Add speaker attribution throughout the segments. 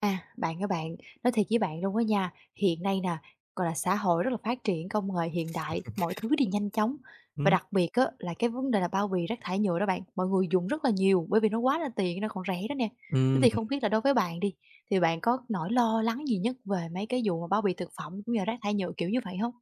Speaker 1: À, các bạn, nói thiệt với bạn luôn á nha, hiện nay nè, gọi là, xã hội rất là phát triển, công nghệ hiện đại, mọi thứ đều nhanh chóng. Và
Speaker 2: Ừm,
Speaker 1: đặc biệt á là cái vấn đề là bao bì rác thải nhựa đó bạn, mọi người dùng rất là nhiều bởi vì nó quá là tiện, nó còn rẻ đó nè. Thế
Speaker 2: ừm,
Speaker 1: thì không biết là đối với bạn đi, thì bạn có nỗi lo lắng gì nhất về mấy cái vụ mà bao bì thực phẩm cũng như là rác thải nhựa kiểu như vậy hông?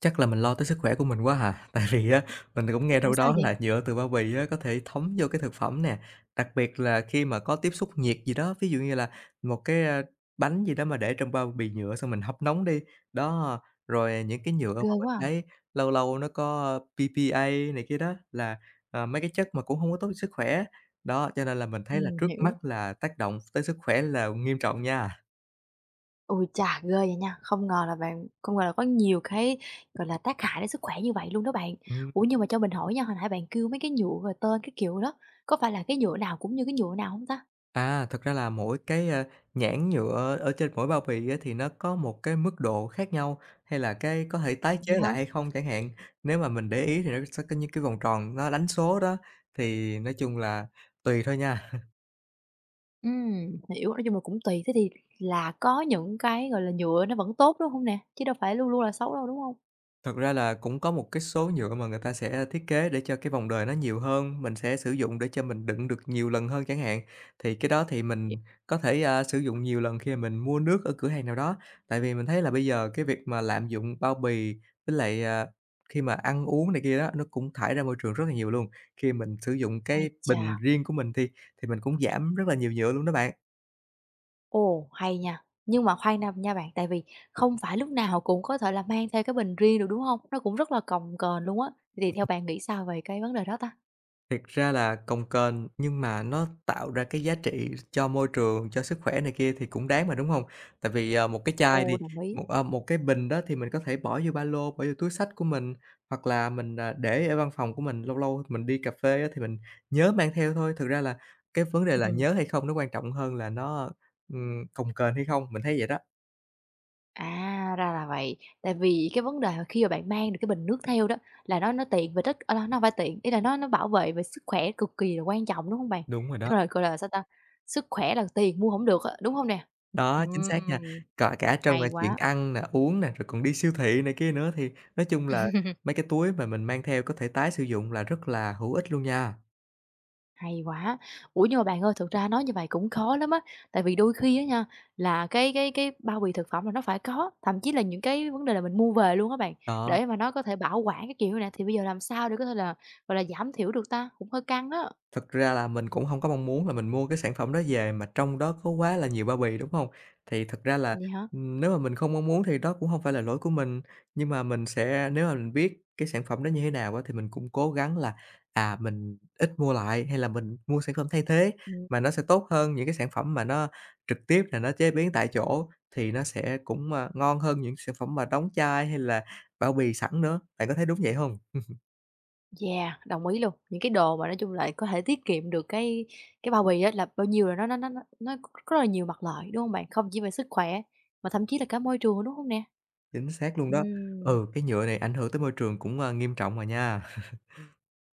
Speaker 2: Chắc là mình lo tới sức khỏe của mình quá hà. Tại vì á, mình cũng nghe
Speaker 1: Ủa,
Speaker 2: đâu
Speaker 1: sao
Speaker 2: đó
Speaker 1: vậy?
Speaker 2: là nhựa từ bao bì á, có thể thấm vô cái thực phẩm nè, đặc biệt là khi mà có tiếp xúc nhiệt gì đó, ví dụ như là một cái, bánh gì đó mà để trong bao bì nhựa xong mình hấp nóng đi. Đó, rồi những cái nhựa mà
Speaker 1: Ghê
Speaker 2: mình
Speaker 1: quá à!
Speaker 2: thấy lâu lâu nó có PPA này kia đó, là, mấy cái chất mà cũng hông có tốt cho sức khỏe. Đó, cho nên là mình thấy là trước
Speaker 1: Hiểu.
Speaker 2: mắt là tác động tới sức khỏe là nghiêm trọng nha.
Speaker 1: Ôi chà, ghê vậy nha, không ngờ là có nhiều cái, gọi là, tác hại đến sức khỏe như vậy luôn đó bạn.
Speaker 2: Ừm.
Speaker 1: Ủa, nhưng mà cho mình hỏi nha, hồi nãy bạn kêu mấy cái nhựa rồi tên cái kiểu đó, có phải là cái nhựa nào cũng như cái nhựa nào không ta?
Speaker 2: À, thật ra là mỗi cái, nhãn nhựa ở trên mỗi bao bì á, thì nó có một cái mức độ khác nhau, hay là cái có thể tái chế
Speaker 1: Vậy hả?
Speaker 2: lại hay không chẳng hạn. Nếu mà mình để ý thì nó sẽ có những cái vòng tròn nó đánh số đó, thì nói chung là tùy thôi nha.
Speaker 1: Hiểu, nói chung là cũng tùy, thế thì là có những cái, gọi là, nhựa nó vẫn tốt, đúng không nè? Chứ đâu phải luôn luôn là xấu đâu, đúng không?
Speaker 2: Thật ra là cũng có một cái số nhựa mà người ta sẽ thiết kế để cho cái vòng đời nó nhiều hơn, mình sẽ sử dụng để cho mình đựng được nhiều lần hơn chẳng hạn. Thì cái đó thì mình
Speaker 1: Hiểu.
Speaker 2: có thể, sử dụng nhiều lần khi mà mình mua nước ở cửa hàng nào đó. Tại vì mình thấy là bây giờ cái việc mà lạm dụng bao bì với lại, khi mà ăn uống này kia đó, nó cũng thải ra môi trường rất là nhiều luôn. Khi mình sử dụng
Speaker 1: Ây
Speaker 2: cái
Speaker 1: chà,
Speaker 2: bình riêng của mình thì mình cũng giảm rất là nhiều nhựa luôn đó bạn.
Speaker 1: ồ, hay nha, nhưng mà khoan nha nha bạn, tại vì không phải lúc nào cũng có thể là mang theo cái bình riêng được, đúng không? Nó cũng rất là cồng kềnh luôn á, thì theo bạn nghĩ sao về cái vấn đề đó ta?
Speaker 2: Thiệt ra là cồng kềnh nhưng mà nó tạo ra cái giá trị cho môi trường, cho sức khỏe này kia thì cũng đáng mà, đúng hông? Tại vì, một cái chai
Speaker 1: Ồ,
Speaker 2: đi,
Speaker 1: đồng ý.
Speaker 2: một cái bình đó thì mình có thể bỏ vô ba lô, bỏ vô túi xách của mình, hoặc là mình, để ở văn phòng của mình, lâu lâu mình đi cà phê á thì mình nhớ mang theo thôi. Thực ra là cái vấn đề là
Speaker 1: Ừm.
Speaker 2: nhớ hay không nó quan trọng hơn là nó, cồng kềnh hay không, mình thấy vậy đó.
Speaker 1: À, ra là vậy. Tại vì cái vấn đề mà khi mà bạn mang được cái bình nước theo đó là nó tiện về tất à, nó hông phải tiện, ý là nó bảo vệ về sức khỏe cực kỳ là quan trọng, đúng hông bạn?
Speaker 2: Đúng rồi đó.
Speaker 1: Tức là, gọi là, sao ta, sức khỏe là tiền mua hổng được á, đúng hông nè?
Speaker 2: Đó, chính xác nha.
Speaker 1: Ừm,
Speaker 2: Cả cả trong
Speaker 1: hay
Speaker 2: là chuyện
Speaker 1: quá.
Speaker 2: ăn nè, uống nè, rồi còn đi siêu thị này kia nữa, thì nói chung là mấy cái túi mà mình mang theo có thể tái sử dụng là rất là hữu ích luôn nha.
Speaker 1: Hay quá! Ủa, nhưng mà bạn ơi, thực ra nói như vậy cũng khó lắm á, tại vì đôi khi á nha, là cái bao bì thực phẩm là nó phải có, thậm chí là những cái vấn đề là mình mua về luôn á bạn,
Speaker 2: Đó.
Speaker 1: để mà nó có thể bảo quản cái kiểu này, thì bây giờ làm sao để có thể là, gọi là, giảm thiểu được ta? Cũng hơi căng đó.
Speaker 2: Thực ra là mình cũng hông có mong muốn là mình mua cái sản phẩm đó về mà trong đó có quá là nhiều bao bì, đúng hông? Thì thực ra là,
Speaker 1: Vậy hả?
Speaker 2: nếu mà mình không mong muốn thì đó cũng hông phải là lỗi của mình, nhưng mà mình sẽ nếu mà mình biết cái sản phẩm đó như thế nào á, thì mình cũng cố gắng là, mình ít mua lại hay là mình mua sản phẩm thay thế
Speaker 1: Ừm,
Speaker 2: mà nó sẽ tốt hơn những cái sản phẩm mà nó trực tiếp là nó chế biến tại chỗ thì nó sẽ cũng, ngon hơn những sản phẩm mà đóng chai hay là bao bì sẵn nữa. Bạn có thấy đúng vậy hông?
Speaker 1: yeah, đồng ý luôn. Những cái đồ mà nói chung là có thể tiết kiệm được cái bao bì á là bao nhiêu là nó có rất là nhiều mặt lợi, đúng không bạn? Không chỉ về sức khỏe, mà thậm chí là cả môi trường, đúng không nè?
Speaker 2: Chính xác luôn
Speaker 1: Ừ.
Speaker 2: đó. Ừ, cái nhựa này ảnh hưởng tới môi trường cũng, nghiêm trọng mà nha.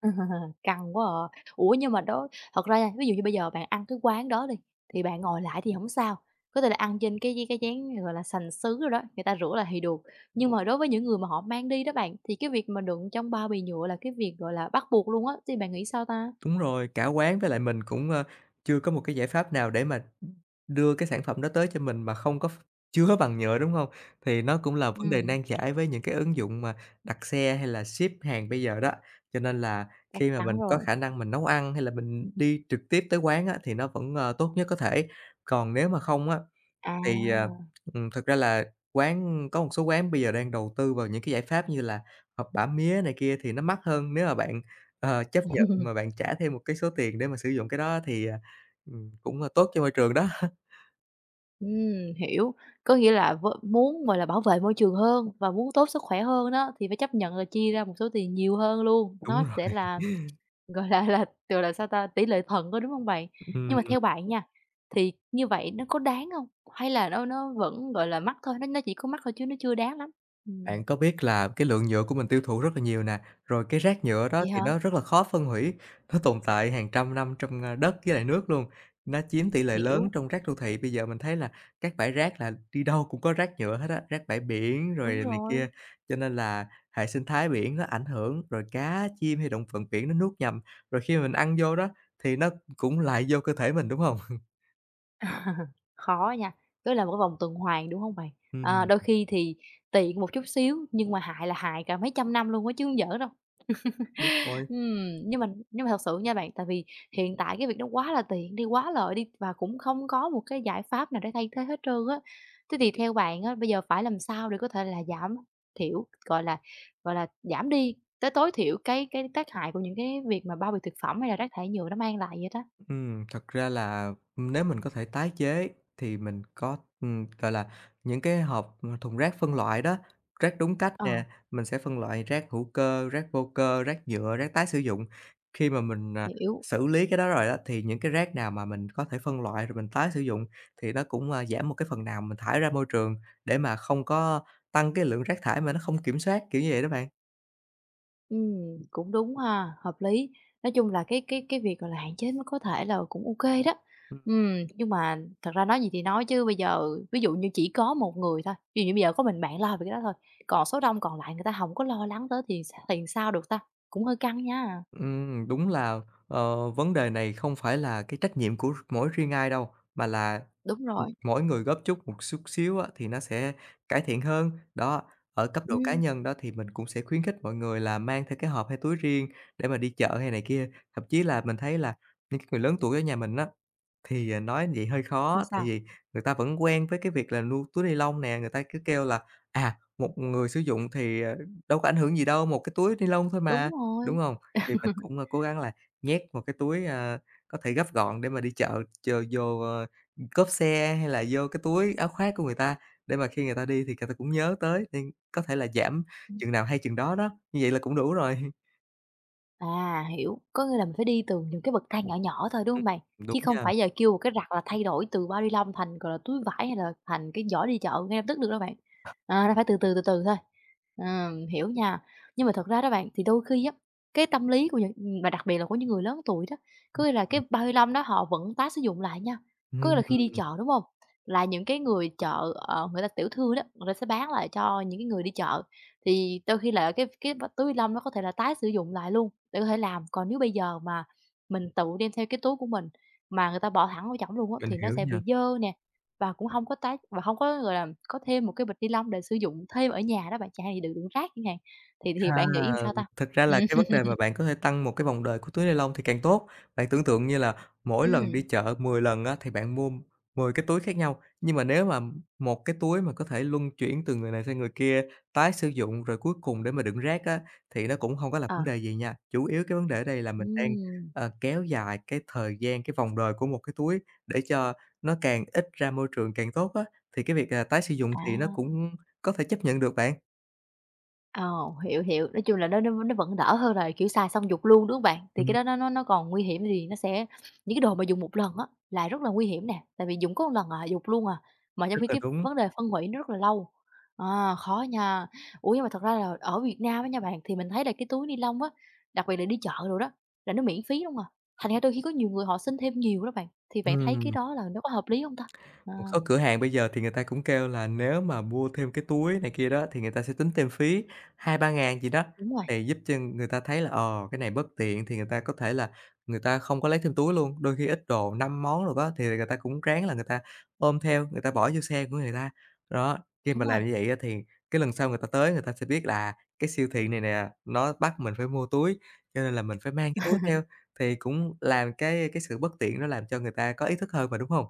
Speaker 1: Căng quá à. Ủa, nhưng mà đó thật ra nha, ví dụ như bây giờ bạn ăn cái quán đó đi, thì bạn ngồi lại thì không sao, có thể là ăn trên cái chén, gọi là, sành sứ rồi đó, người ta rửa lại thì được. Nhưng mà đối với những người mà họ mang đi đó bạn, thì cái việc mà đựng trong bao bì nhựa là cái việc, gọi là, bắt buộc luôn á, thì bạn nghĩ sao ta?
Speaker 2: Đúng rồi, cả quán với lại mình cũng, chưa có một cái giải pháp nào để mà đưa cái sản phẩm đó tới cho mình mà không có chứa bằng nhựa, đúng không? Thì nó cũng là vấn đề
Speaker 1: Ừm,
Speaker 2: nan giải với những cái ứng dụng mà đặt xe hay là ship hàng bây giờ đó. Cho nên là
Speaker 1: chắc
Speaker 2: khi mà mình
Speaker 1: chắn
Speaker 2: có
Speaker 1: rồi.
Speaker 2: khả năng mình nấu ăn hay là mình đi trực tiếp tới quán á, thì nó vẫn, tốt nhất có thể. Còn nếu mà không á, thì,
Speaker 1: À,
Speaker 2: thực ra là có một số quán bây giờ đang đầu tư vào những cái giải pháp như là hộp bả mía này kia thì nó mắc hơn, nếu mà bạn, chấp nhận mà bạn trả thêm một cái số tiền để mà sử dụng cái đó thì, cũng, tốt cho môi trường đó.
Speaker 1: hiểu. Có nghĩa là v muốn, gọi là, bảo vệ môi trường hơn và muốn tốt sức khỏe hơn đó, thì phải chấp nhận là chia ra một số tiền nhiều hơn luôn,
Speaker 2: Đúng
Speaker 1: nó
Speaker 2: rồi,
Speaker 1: sẽ là. Gọi là, sao ta, tỷ lệ thuận thôi, đúng hông bạn? Nhưng mà
Speaker 2: ừm.
Speaker 1: theo bạn nha, thì như vậy nó có đáng hông? Hay là nó vẫn, gọi là, mắc thôi, nó chỉ có mắc thôi chứ nó chưa đáng lắm? Ừm.
Speaker 2: Bạn có biết là cái lượng nhựa của mình tiêu thụ rất là nhiều nè, rồi cái rác nhựa đó
Speaker 1: Vậy
Speaker 2: thì
Speaker 1: hả?
Speaker 2: nó rất là khó phân hủy, nó tồn tại hàng trăm năm trong, đất với lại nước luôn, nó chiếm tỷ lệ lớn
Speaker 1: Hiểu,
Speaker 2: trong rác đô thị. Bây giờ mình thấy là các bãi rác là đi đâu cũng có rác nhựa hết á, rác bãi biển
Speaker 1: đúng
Speaker 2: rồi này kia,
Speaker 1: rồi.
Speaker 2: cho nên là hệ sinh thái biển nó ảnh hưởng, rồi cá, chim hay động vật biển nó nuốt nhầm, rồi khi mà mình ăn vô đó thì nó cũng lại vô cơ thể mình, đúng không?
Speaker 1: Khó nha, tức là một cái vòng tuần hoàn, đúng hông bạn? À, đôi
Speaker 2: Ừ,
Speaker 1: khi thì tiện một chút xíu nhưng mà hại là hại cả mấy trăm năm luôn á chứ hông giỡn đâu.
Speaker 2: đúng rồi.
Speaker 1: Ừm, nhưng mà thật sự nha bạn, tại vì hiện tại cái việc đó quá là tiện đi, quá lợi đi và cũng không có một cái giải pháp nào để thay thế hết trơn á. Thế thì theo bạn á, bây giờ phải làm sao để có thể là giảm thiểu, gọi là, giảm đi tới tối thiểu cái tác hại của những cái việc mà bao bì thực phẩm hay là rác thải nhựa nó mang lại vậy đó?
Speaker 2: Thật ra là nếu mình có thể tái chế thì mình có, gọi là, những cái hộp, thùng rác phân loại đó, rác đúng cách
Speaker 1: Ờ,
Speaker 2: nè, mình sẽ phân loại rác hữu cơ, rác vô cơ, rác nhựa, rác tái sử dụng. Khi mà mình,
Speaker 1: hiểu.
Speaker 2: xử lý cái đó rồi á, thì những cái rác nào mà mình có thể phân loại rồi mình tái sử dụng thì nó cũng, giảm một cái phần nào mình thải ra môi trường để mà không có tăng cái lượng rác thải mà nó không kiểm soát, kiểu như vậy đó bạn.
Speaker 1: Cũng đúng ha, hợp lý. Nói chung là cái việc, gọi là, hạn chế mới có thể là cũng ok đó. Nhưng mà thật ra nói gì thì nói chứ bây giờ ví dụ như chỉ có một người thôi, ví dụ như bây giờ có mình bạn lo về cái đó thôi, còn số đông còn lại người ta không có lo lắng tới thì s thì sao được ta? Cũng hơi căng nha.
Speaker 2: Đúng là, vấn đề này không phải là cái trách nhiệm của mỗi riêng ai đâu, mà là,
Speaker 1: Đúng rồi.
Speaker 2: mỗi người góp chút một chút xíu á, thì nó sẽ cải thiện hơn. Đó, ở cấp độ cá
Speaker 1: Ừm,
Speaker 2: nhân đó thì mình cũng sẽ khuyến khích mọi người là mang theo cái hộp hay túi riêng để mà đi chợ hay này kia. Thậm chí là mình thấy là những cái người lớn tuổi ở nhà mình á, thì, nói vậy hơi
Speaker 1: là
Speaker 2: khó, tại
Speaker 1: sao?
Speaker 2: vì người ta vẫn quen với cái việc là luôn túi ni lông nè, người ta cứ kêu là, một người sử dụng thì, đâu có ảnh hưởng gì đâu, một cái túi ni lông thôi
Speaker 1: Đúng
Speaker 2: mà,
Speaker 1: rồi.
Speaker 2: đúng hông? Thì mình cũng, cố gắng là nhét một cái túi, có thể gấp gọn để mà đi chợ, chờ vô, cốp xe hay là vô cái túi áo khoác của người ta, để mà khi người ta đi thì người ta cũng nhớ tới, nên có thể là giảm chừng nào hay chừng đó đó, như vậy là cũng đủ rồi.
Speaker 1: À, hiểu, có nghĩa là mình phải đi từ những cái bậc thang nhỏ nhỏ thôi, đúng
Speaker 2: Ừm,
Speaker 1: không bạn?
Speaker 2: đúng
Speaker 1: Chứ không
Speaker 2: nha,
Speaker 1: phải giờ kêu một cái rặt là thay đổi từ bao ni lông thành, gọi là, túi vải hay là thành cái giỏ đi chợ ngay lập tức được đâu bạn. À, nó phải từ từ, từ từ thôi. Hiểu nha. Nhưng mà thật ra đó bạn, thì đôi khi á, cái tâm lý của những mà đặc biệt là của những người lớn tuổi đó, có nghĩa là cái
Speaker 2: ừm,
Speaker 1: bao ni lông đó họ vẫn tái sử dụng lại nha. Có nghĩa là khi đi
Speaker 2: ừm,
Speaker 1: chợ, đúng không? Là những cái người chợ, ờ, người ta tiểu thương đó, người ta sẽ bán lại cho những cái người đi chợ. Thì đôi khi là cái túi ni lông nó có thể là tái sử dụng lại luôn, để có thể làm. Còn nếu bây giờ mà mình tự đem theo cái túi của mình mà người ta bỏ thẳng vô trỏng luôn á,
Speaker 2: mình
Speaker 1: thì nó
Speaker 2: hiểu
Speaker 1: sẽ bị
Speaker 2: nha.
Speaker 1: dơ nè, và cũng hông có tái và hông có, gọi là, có thêm một cái bịch ni lông để sử dụng thêm ở nhà đó bạn, chẳng hạn như đựng đựng rác chẳng hạn. Thì
Speaker 2: À,
Speaker 1: bạn nghĩ sao ta?
Speaker 2: thực ra là cái
Speaker 1: Ừm,
Speaker 2: vấn đề mà bạn có thể tăng một cái vòng đời của túi ni lông thì càng tốt. Bạn tưởng tượng như là mỗi lần đi
Speaker 1: ừm,
Speaker 2: chợ 10 lần á, thì bạn mua 10 cái túi khác nhau, nhưng mà nếu mà một cái túi mà có thể luân chuyển từ người này sang người kia, tái sử dụng rồi cuối cùng để mà đựng rác á, thì nó cũng không có là
Speaker 1: ờ,
Speaker 2: vấn đề gì nha. Chủ yếu cái vấn đề ở đây là mình đang,
Speaker 1: ừm,
Speaker 2: kéo dài cái thời gian, cái vòng đời của một cái túi để cho nó càng ít ra môi trường càng tốt á, thì cái việc, tái sử dụng thì nó
Speaker 1: à.
Speaker 2: cũng có thể chấp nhận được bạn.
Speaker 1: Ồ, hiểu, hiểu. Nói chung là nó vẫn đỡ hơn là, kiểu, xài xong dục luôn, đúng hông bạn? Thì cái
Speaker 2: Ừm,
Speaker 1: đó nó còn nguy hiểm thì nó sẽ những cái đồ mà dùng một lần á là rất là nguy hiểm nè, tại vì dùng có một lần à, dục luôn à, mà trong
Speaker 2: rất
Speaker 1: khi
Speaker 2: là
Speaker 1: cái
Speaker 2: đúng.
Speaker 1: vấn đề phân hủy nó rất là lâu. À, khó nha. Ủa, nhưng mà thật ra là ở Việt Nam á nha bạn, thì mình thấy là cái túi ni lông á, đặc biệt là đi chợ đồ đó, là nó miễn phí luôn à, thành ra đôi khi có nhiều người họ xin thêm nhiều đó bạn, thì bạn thấy cái
Speaker 2: Ừm,
Speaker 1: đó là nó có hợp lý hông ta? À.
Speaker 2: một số cửa hàng bây giờ thì người ta cũng kêu là nếu mà mua thêm cái túi này kia đó thì người ta sẽ tính thêm phí hai ba ngàn gì đó,
Speaker 1: Đúng rồi,
Speaker 2: thì giúp cho người ta thấy là, cái này bất tiện thì người ta có thể là người ta không có lấy thêm túi luôn. Đôi khi ít đồ 5 món rồi đó thì người ta cũng ráng là người ta ôm theo, người ta bỏ vô xe của người ta. Đó, khi
Speaker 1: đúng
Speaker 2: mà
Speaker 1: rồi.
Speaker 2: làm như vậy á thì cái lần sau người ta tới người ta sẽ biết là cái siêu thị này nè, nó bắt mình phải mua túi, cho nên là mình phải mang cái túi theo, thì cũng làm cái sự bất tiện nó làm cho người ta có ý thức hơn mà, đúng không?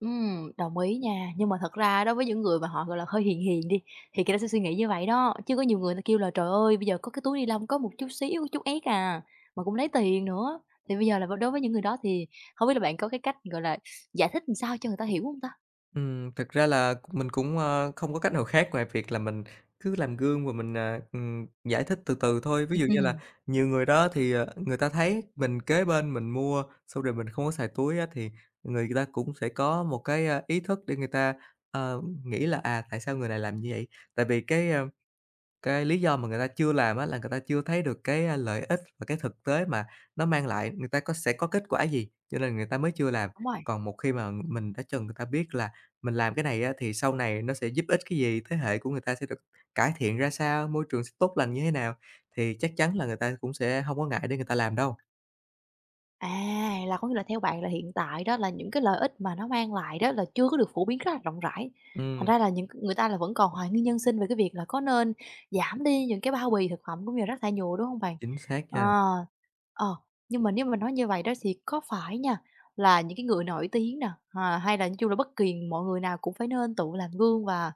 Speaker 1: Đồng ý nha, nhưng mà thật ra đối với những người mà họ, gọi là, hơi hiền hiền đi, thì người ta sẽ suy nghĩ như vậy đó, chứ có nhiều người ta kêu là "Trời ơi, bây giờ có cái túi ni lông có một chút xíu, chút éc à, mà cũng lấy tiền nữa." Thì bây giờ là v đối với những người đó thì hông biết là bạn có cái cách, gọi là, giải thích làm sao cho người ta hiểu hông ta?
Speaker 2: Thực ra là mình cũng, không có cách nào khác ngoài việc là mình cứ làm gương và mình, giải thích từ từ thôi. Ví dụ như là
Speaker 1: Ừm,
Speaker 2: nhiều người đó thì, người ta thấy mình kế bên mình mua, xong rồi mình không có xài túi á, thì người ta cũng sẽ có một cái, ý thức để người ta, nghĩ là, tại sao người này làm như vậy? Tại vì cái lý do mà người ta chưa làm á là người ta chưa thấy được cái, lợi ích và cái thực tế mà nó mang lại, người ta có sẽ có kết quả gì, cho nên người ta mới chưa làm.
Speaker 1: đúng rồi.
Speaker 2: Còn một khi mà mình đã cho người ta biết là mình làm cái này á thì sau này nó sẽ giúp ích cái gì, thế hệ của người ta sẽ được cải thiện ra sao, môi trường sẽ tốt lành như thế nào, thì chắc chắn là người ta cũng sẽ hông có ngại để người ta làm đâu.
Speaker 1: À, là có nghĩa là theo bạn là hiện tại đó là những cái lợi ích mà nó mang lại đó là chưa có được phổ biến rất là rộng rãi. Thành
Speaker 2: Ừm,
Speaker 1: ra là những người ta là vẫn còn hoài nghi nhân sinh về cái việc là có nên giảm đi những cái bao bì thực phẩm cũng như là rác thải nhựa, đúng không bạn?
Speaker 2: chính xác
Speaker 1: Ờ,
Speaker 2: nha.
Speaker 1: ờ, nhưng mà nếu mà nói như vậy đó thì có phải nha, là những cái người nổi tiếng nè, à, hay là nói chung là bất kỳ mọi người nào cũng phải nên tự làm gương và,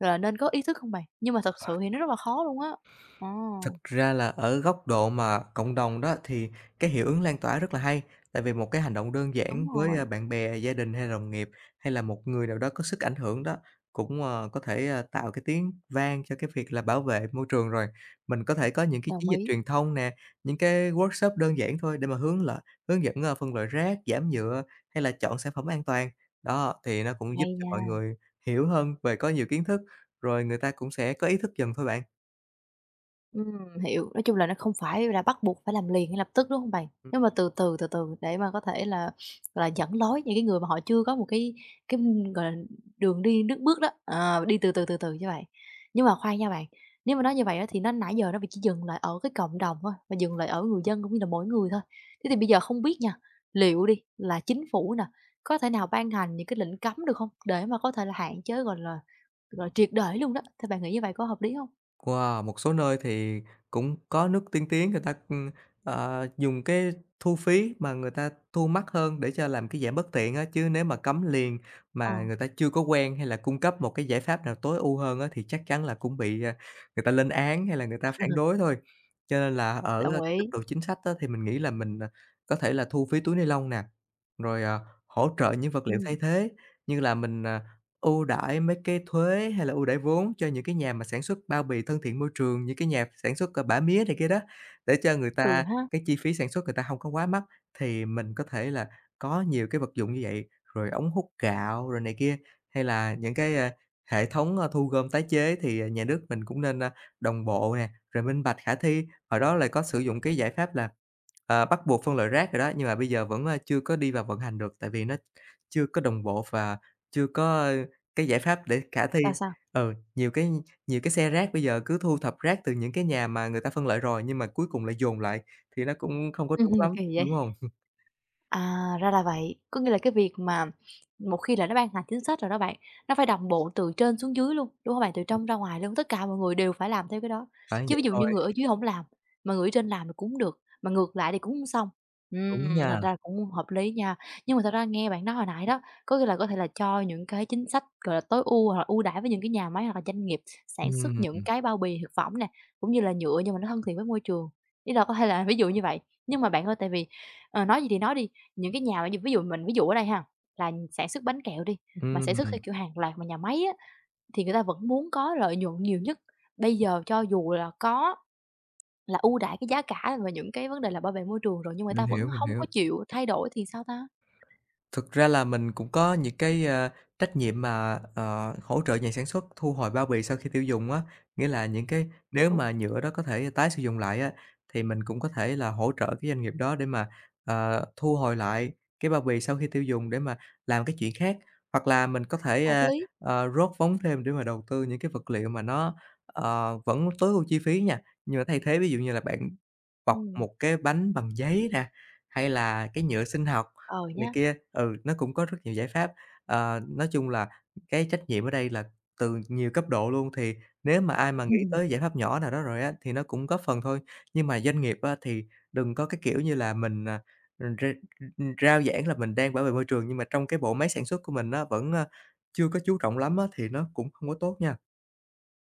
Speaker 1: là, nên có ý thức không bạn? Nhưng mà thật sự thì nó rất là khó luôn á. Ờ,
Speaker 2: Thực ra là ở góc độ mà cộng đồng đó thì cái hiệu ứng lan tỏa rất là hay, tại vì một cái hành động đơn
Speaker 1: đúng
Speaker 2: giản với,
Speaker 1: rồi,
Speaker 2: bạn bè, gia đình hay đồng nghiệp, hay là một người nào đó có sức ảnh hưởng đó, cũng, có thể, tạo cái tiếng vang cho cái việc là bảo vệ môi trường rồi. Mình có thể có những cái
Speaker 1: đồng
Speaker 2: chiến dịch
Speaker 1: ý,
Speaker 2: truyền thông nè, những cái workshop đơn giản thôi để mà hướng dẫn, phân loại rác, giảm nhựa hay là chọn sản phẩm an toàn. Đó, thì nó cũng giúp
Speaker 1: hay
Speaker 2: cho mọi
Speaker 1: nha.
Speaker 2: người hiểu hơn về có nhiều kiến thức, rồi người ta cũng sẽ có ý thức dần thôi bạn.
Speaker 1: Hiểu. Nói chung là nó không phải là bắt buộc phải làm liền ngay lập tức, đúng không bạn?
Speaker 2: Ừ.
Speaker 1: Nếu mà từ từ, từ từ để mà có thể là, dẫn lối những cái người mà họ chưa có một cái, gọi là, đường đi nước bước đó, ờ, đi từ từ, từ từ như vậy. Nhưng mà khoan nha bạn, nếu mà nói như vậy á thì nãy giờ nó bị chỉ dừng lại ở cái cộng đồng thôi, và dừng lại ở người dân cũng như là mỗi người thôi. Thế thì bây giờ không biết nha, liệu đi là chính phủ nè, có thể nào ban hành những cái lệnh cấm được không? Để mà có thể là hạn chế, gọi là, triệt để luôn đó, thì bạn nghĩ như vậy có hợp lý không?
Speaker 2: Wow, một số nơi thì cũng có nước tiên tiến người ta, dùng cái thu phí mà người ta thu mắc hơn để cho làm cái giảm bất tiện á, chứ nếu mà cấm liền mà người ta chưa có quen hay là cung cấp một cái giải pháp nào tối ưu hơn á, thì chắc chắn là cũng bị, người ta lên án hay là người ta phản
Speaker 1: Ờ.
Speaker 2: đối thôi. Cho nên là ở,
Speaker 1: Đồng
Speaker 2: ơ, cấp
Speaker 1: ý.
Speaker 2: độ chính sách á, thì mình nghĩ là mình, có thể là thu phí túi ni lông nè, rồi, hỗ trợ những vật liệu
Speaker 1: Ừm,
Speaker 2: thay thế như là mình, ưu đãi mấy cái thuế hay là ưu đãi vốn cho những cái nhà mà sản xuất bao bì thân thiện môi trường, những cái nhà sản xuất, bã mía này kia đó, để cho người
Speaker 1: ừ
Speaker 2: ta
Speaker 1: ha,
Speaker 2: cái chi phí sản xuất người ta hông có quá mắc, thì mình có thể là có nhiều cái vật dụng như vậy, rồi ống hút gạo rồi này kia, hay là những cái, hệ thống, thu gom tái chế thì, nhà nước mình cũng nên, đồng bộ nè, rồi minh bạch khả thi. Hồi đó là có sử dụng cái giải pháp là, bắt buộc phân loại rác rồi đó, nhưng mà bây giờ vẫn, chưa có đi vào vận hành được, tại vì nó chưa có đồng bộ và chưa có cái giải pháp để khả thi.
Speaker 1: sao?
Speaker 2: Ừ, nhiều cái xe rác bây giờ cứ thu thập rác từ những cái nhà mà người ta phân loại rồi, nhưng mà cuối cùng lại dồn lại thì nó cũng không có đúng lắm,
Speaker 1: Kỳ vậy?
Speaker 2: đúng hông?
Speaker 1: À, ra là vậy. Có nghĩa là cái việc mà một khi là nó ban hành chính sách rồi đó bạn, nó phải đồng bộ từ trên xuống dưới luôn, đúng không bạn? Từ trong ra ngoài luôn, tất cả mọi người đều phải làm theo cái đó.
Speaker 2: Phải
Speaker 1: Chứ ví
Speaker 2: vậy
Speaker 1: dụ như
Speaker 2: thôi,
Speaker 1: người ở dưới không làm, mà người ở trên làm thì cũng được, mà ngược lại thì cũng hông xong.
Speaker 2: đúng
Speaker 1: Thành
Speaker 2: nha.
Speaker 1: ra cũng hợp lý nha. Nhưng mà thật ra nghe bạn nói hồi nãy đó, có nghĩa là có thể là cho những cái chính sách, gọi là, tối ưu hoặc là ưu đãi với những cái nhà máy hoặc là doanh nghiệp sản xuất những
Speaker 2: Ừm,
Speaker 1: cái bao bì thực phẩm nè, cũng như là nhựa nhưng mà nó thân thiện với môi trường. Ý là có thể là ví dụ như vậy. Nhưng mà bạn ơi, tại vì, ờ, nói gì thì nói đi, những cái nhà mà như ví dụ mình ví dụ ở đây ha, là sản xuất bánh kẹo đi, mà sản
Speaker 2: ừm,
Speaker 1: xuất theo kiểu hàng loạt mà nhà máy á, thì người ta vẫn muốn có lợi nhuận nhiều nhất. Bây giờ cho dù là có là ưu đãi cái giá cả và những cái vấn đề là bảo vệ môi trường rồi, nhưng người
Speaker 2: mình
Speaker 1: ta vẫn
Speaker 2: hiểu, mình
Speaker 1: hông
Speaker 2: hiểu.
Speaker 1: có chịu thay đổi thì sao ta?
Speaker 2: Thực ra là mình cũng có những cái, trách nhiệm mà, hỗ trợ nhà sản xuất thu hồi bao bì sau khi tiêu dùng á. Nghĩa là những cái nếu
Speaker 1: Hiểu,
Speaker 2: mà nhựa đó có thể tái sử dụng lại á, thì mình cũng có thể là hỗ trợ cái doanh nghiệp đó để mà, thu hồi lại cái bao bì sau khi tiêu dùng để mà làm cái chuyện khác. Hoặc là mình có thể,
Speaker 1: hợp lý.
Speaker 2: rót vốn thêm để mà đầu tư những cái vật liệu mà nó, vẫn tối ưu chi phí nha, nhưng mà thay thế ví dụ như là bạn bọc
Speaker 1: Ừm,
Speaker 2: một cái bánh bằng giấy nè, hay là cái nhựa sinh học
Speaker 1: ờ,
Speaker 2: này
Speaker 1: nhá.
Speaker 2: kia, ừ, nó cũng có rất nhiều giải pháp. Ờ, nói chung là cái trách nhiệm ở đây là từ nhiều cấp độ luôn, thì nếu mà ai mà nghĩ tới giải pháp nhỏ nào đó rồi á, thì nó cũng góp phần thôi. Nhưng mà doanh nghiệp á, thì đừng có cái kiểu như là mình, ừm, rao giảng là mình đang bảo vệ môi trường, nhưng mà trong cái bộ máy sản xuất của mình nó vẫn, chưa có chú trọng lắm á, thì nó cũng không có tốt nha.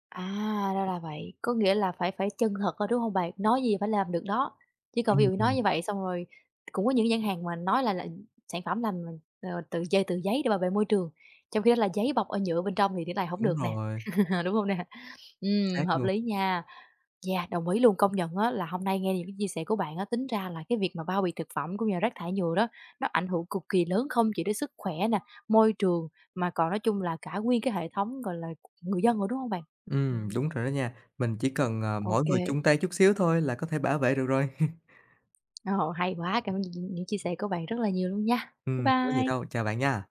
Speaker 1: À, ra là vậy, có nghĩa là phải phải chân thật thôi, đúng hông bạn? Nói gì phải làm được đó, chứ còn ví dụ nói
Speaker 2: Ừm.
Speaker 1: như vậy xong rồi cũng có những gian hàng mà nói là sản phẩm làm, ờ, từ dây từ giấy để bảo vệ môi trường, trong khi đó là giấy bọc ở nhựa bên trong thì thế này hổng
Speaker 2: Đúng
Speaker 1: được nè,
Speaker 2: rồi,
Speaker 1: đúng hông nè?
Speaker 2: xác
Speaker 1: Hợp
Speaker 2: luôn.
Speaker 1: lý nha. Yeah, đồng ý luôn, công nhận á là hôm nay nghe những cái chia sẻ của bạn á, tính ra là cái việc mà bao bì thực phẩm cũng như là rác thải nhựa đó, nó ảnh hưởng cực kỳ lớn không chỉ đến sức khỏe nè, môi trường, mà còn nói chung là cả nguyên cái hệ thống, gọi là, người dân nữa, đúng hông bạn?
Speaker 2: Đúng
Speaker 1: Ừm.
Speaker 2: rồi đó nha. Mình chỉ cần, mỗi
Speaker 1: OK,
Speaker 2: người
Speaker 1: kê.
Speaker 2: chung tay chút xíu thôi là có thể bảo vệ được rồi.
Speaker 1: Ồ, hay quá! Cảm ơn những chia sẻ của bạn rất là nhiều luôn nha. Bye
Speaker 2: Hông có gì đâu,
Speaker 1: bye.
Speaker 2: chào bạn nha.